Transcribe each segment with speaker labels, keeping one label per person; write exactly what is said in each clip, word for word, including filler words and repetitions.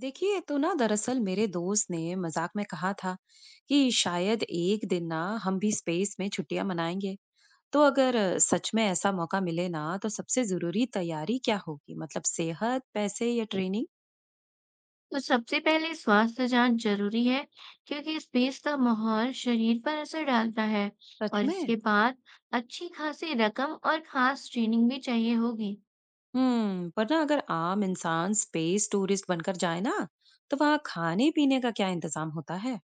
Speaker 1: देखिए तो ना, दरअसल मेरे दोस्त ने मजाक में कहा था कि शायद एक दिन ना हम भी स्पेस में छुट्टियां मनाएंगे। तो अगर सच में ऐसा मौका मिले ना, तो सबसे जरूरी तैयारी क्या होगी? मतलब सेहत, पैसे या ट्रेनिंग?
Speaker 2: तो सबसे पहले स्वास्थ्य जांच जरूरी है क्योंकि स्पेस का माहौल शरीर पर असर डालता है।
Speaker 1: सच
Speaker 2: और
Speaker 1: में।
Speaker 2: इसके बाद अच्छी खासी रकम और खास ट्रेनिंग भी चाहिए होगी।
Speaker 1: हम्म, पर ना अगर आम इंसान स्पेस टूरिस्ट बनकर जाए ना, तो वहाँ खाने पीने का क्या इंतजाम होता है?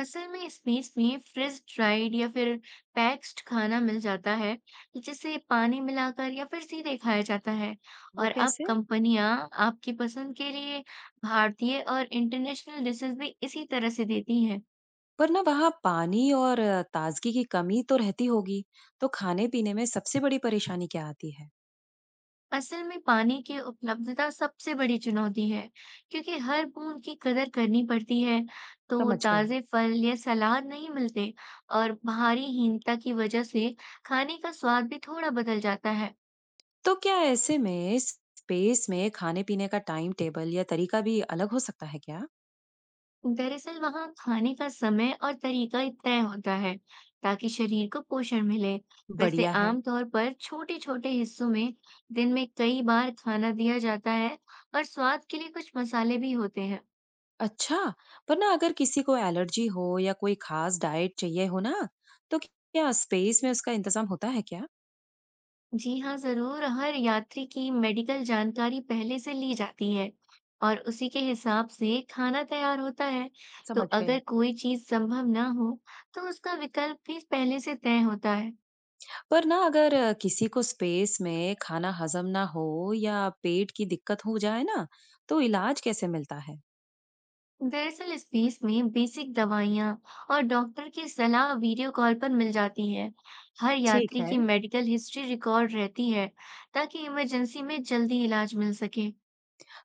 Speaker 2: असल में स्पेस में फ्रिज ड्राइड या फिर पैक्स्ड खाना मिल जाता है जिसे पानी मिलाकर या फिर सीधे खाया जाता है।
Speaker 1: वो
Speaker 2: और अब
Speaker 1: कैसे?
Speaker 2: कंपनियां आपकी पसंद के लिए भारतीय और इंटरनेशनल डिशेस भी इसी तरह से देती हैं।
Speaker 1: पर ना वहाँ पानी और अ, ताजगी की कमी तो रहती होगी। तो खाने पीने में सबसे बड़ी परेशानी क्या आती है?
Speaker 2: असल में पानी की उपलब्धता सबसे बड़ी चुनौती है, क्योंकि हर बूंद की कदर करनी पड़ती है। तो
Speaker 1: समझ गई।
Speaker 2: ताजे फल या सलाद नहीं मिलते। और भारीहीनता की वजह से खाने का स्वाद भी थोड़ा बदल जाता है।
Speaker 1: तो क्या ऐसे में स्पेस में खाने-पीने का टाइम टेबल या तरीका भी अलग हो सकता है क्या?
Speaker 2: दरअसल वहाँ खाने का समय और तरीका ही तय होता है, ताकि शरीर को पोषण मिले। वैसे
Speaker 1: बढ़िया है।
Speaker 2: आमतौर पर छोटे-छोटे हिस्सों में दिन में कई बार खाना दिया जाता है और स्वाद के लिए कुछ मसाले भी होते हैं।
Speaker 1: अच्छा, पर ना अगर किसी को एलर्जी हो या कोई खास डाइट चाहिए हो ना, तो क्या स्पेस में उसका इंतजाम होता है क्या?
Speaker 2: जी हाँ, ज़रूर। हर यात्री की मेडिकल जानकारी पहले से ली जाती है और उसी के हिसाब से खाना तैयार होता है। तो
Speaker 1: समझ गई।
Speaker 2: अगर कोई चीज़ संभव ना हो, तो उसका विकल्प भी पहले से तय होता है।
Speaker 1: पर ना अगर अ, किसी को स्पेस में खाना हजम ना हो या पेट की दिक्कत हो जाए ना, तो इलाज कैसे मिलता है?
Speaker 2: दरअसल इस फीस में बेसिक दवाइयाँ और डॉक्टर की सलाह वीडियो कॉल पर मिल जाती है। हर
Speaker 1: ठीक
Speaker 2: यात्री
Speaker 1: है।
Speaker 2: की मेडिकल हिस्ट्री रिकॉर्ड रहती है, ताकि इमरजेंसी में जल्दी इलाज मिल सके।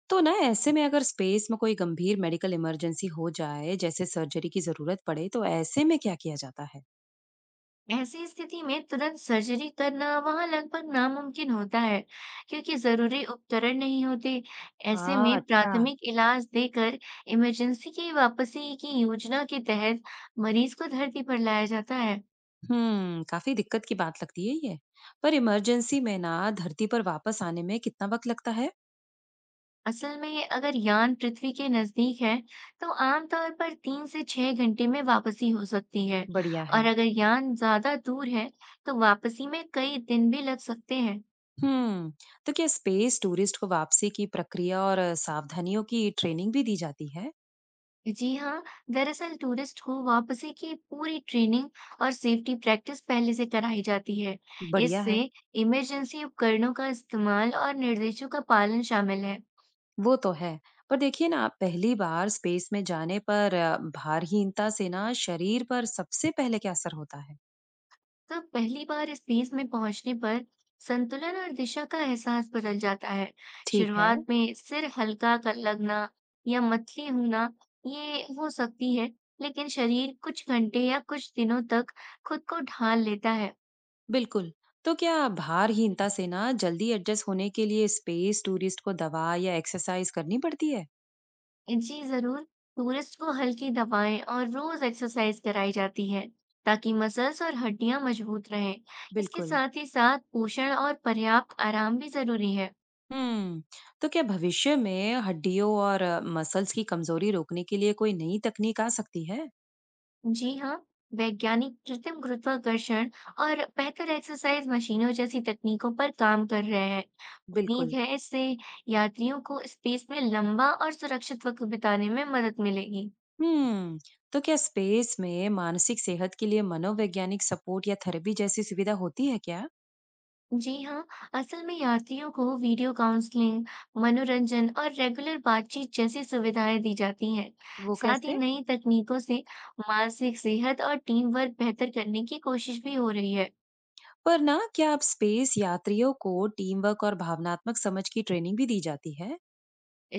Speaker 1: तो ना ऐसे में अगर स्पेस में कोई गंभीर मेडिकल इमरजेंसी हो जाए, जैसे सर्जरी की जरूरत पड़े, तो ऐसे में क्या किया जाता है?
Speaker 2: ऐसी स्थिति में तुरंत सर्जरी करना वहां लगभग नामुमकिन होता है, क्योंकि जरूरी उपकरण नहीं होते। ऐसे
Speaker 1: हाँ,
Speaker 2: में
Speaker 1: अच्छा।
Speaker 2: प्राथमिक इलाज देकर इमरजेंसी की वापसी की योजना के तहत मरीज को धरती पर लाया जाता है।
Speaker 1: हम्म, काफी दिक्कत की बात लगती है ये। पर इमरजेंसी में ना धरती पर वापस आने में कितना वक्त लगता है?
Speaker 2: असल में अगर यान पृथ्वी के नजदीक है, तो आमतौर पर तीन से छह घंटे में वापसी हो सकती है,
Speaker 1: बढ़िया
Speaker 2: और
Speaker 1: है।
Speaker 2: अगर यान ज्यादा दूर है, तो वापसी में कई दिन भी लग सकते हैं।
Speaker 1: हम्म। तो क्या स्पेस टूरिस्ट को वापसी की प्रक्रिया और अ, सावधानियों की ट्रेनिंग भी दी जाती है?
Speaker 2: जी हाँ, दरअसल टूरिस्ट को वापसी की पूरी ट्रेनिंग और सेफ्टी प्रैक्टिस पहले से कराई जाती है।
Speaker 1: बढ़िया
Speaker 2: इससे
Speaker 1: है।
Speaker 2: इमरजेंसी उपकरणों का इस्तेमाल और निर्देशों का पालन शामिल है।
Speaker 1: वो तो है। पर देखिए ना, पहली बार स्पेस में जाने पर अ, भारहीनता से ना शरीर पर सबसे पहले क्या असर होता है?
Speaker 2: तो पहली बार इस देश में पहुंचने पर संतुलन और दिशा का एहसास बदल जाता है।
Speaker 1: ठीक है।
Speaker 2: शुरुआत में सिर हल्का कर लगना या मतली होना ये हो सकती है, लेकिन शरीर कुछ घंटे या कुछ दिनों तक खुद को ढाल लेता है।
Speaker 1: बिल्कुल। तो क्या भारहीनता से ना जल्दी एडजस्ट होने के लिए स्पेस टूरिस्ट को दवा या एक्सरसाइज करनी पड़ती है?
Speaker 2: जी जरूर। टूरिस्ट को हल्की दवाएं और रोज एक्सरसाइज कराई जाती है ताकि मसल्स और हड्डियां मजबूत रहें। इसके
Speaker 1: बिल्कुल।
Speaker 2: साथ ही साथ पोषण और पर्याप्त आराम भी जरूरी है।
Speaker 1: हम्म, तो क्या भविष्य में हड्डियों और मसल्स की कमजोरी रोकने के लिए कोई नई तकनीक आ सकती है?
Speaker 2: जी हाँ, वैज्ञानिक कृत्रिम गुरुत्वाकर्षण और बेहतर एक्सरसाइज मशीनों जैसी तकनीकों पर काम कर रहे हैं। उम्मीद
Speaker 1: बिल्कुल।
Speaker 2: है इससे यात्रियों को स्पेस में लंबा और सुरक्षित वक्त बिताने में मदद मिलेगी।
Speaker 1: हम्म, तो क्या स्पेस में मानसिक सेहत के लिए मनोवैज्ञानिक सपोर्ट या थेरेपी जैसी सुविधा होती है क्या?
Speaker 2: जी हाँ, असल में यात्रियों को वीडियो काउंसलिंग, मनोरंजन और रेगुलर बातचीत जैसी सुविधाएं दी जाती हैं।
Speaker 1: वो
Speaker 2: साथ ही
Speaker 1: कैसे?
Speaker 2: नई तकनीकों से मानसिक सेहत और टीम वर्क बेहतर करने की कोशिश भी हो रही है।
Speaker 1: पर ना क्या आप स्पेस यात्रियों को टीम वर्क और भावनात्मक समझ की ट्रेनिंग भी दी जाती है?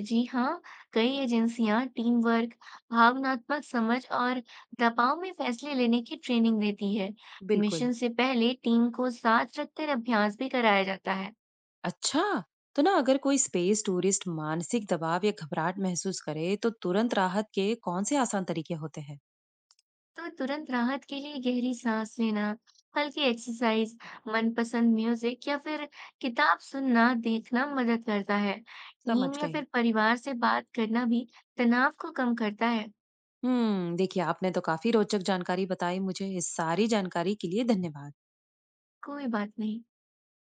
Speaker 2: जी हाँ, कई एजेंसियां टीम वर्क, भावनात्मक समझ और दबाव में फैसले लेने की ट्रेनिंग देती है।
Speaker 1: बिल्कुल।
Speaker 2: मिशन से पहले टीम को साथ रखकर अभ्यास भी कराया जाता है।
Speaker 1: अच्छा! तो ना अगर कोई स्पेस टूरिस्ट मानसिक दबाव या घबराहट महसूस करे, तो तुरंत राहत के कौन से आसान तरीके होते हैं?
Speaker 2: तो तुरंत राहत के लिए गहरी सांस लेना, हल्की एक्सरसाइज, मनपसंद म्यूजिक या फिर किताब सुनना, देखना मदद करता है।
Speaker 1: समझ
Speaker 2: टीम या
Speaker 1: गई।
Speaker 2: फिर परिवार से बात करना भी तनाव को कम करता है।
Speaker 1: हम्म, देखिए आपने तो काफी रोचक जानकारी बताई मुझे। इस सारी जानकारी के लिए धन्यवाद।
Speaker 2: कोई बात नहीं।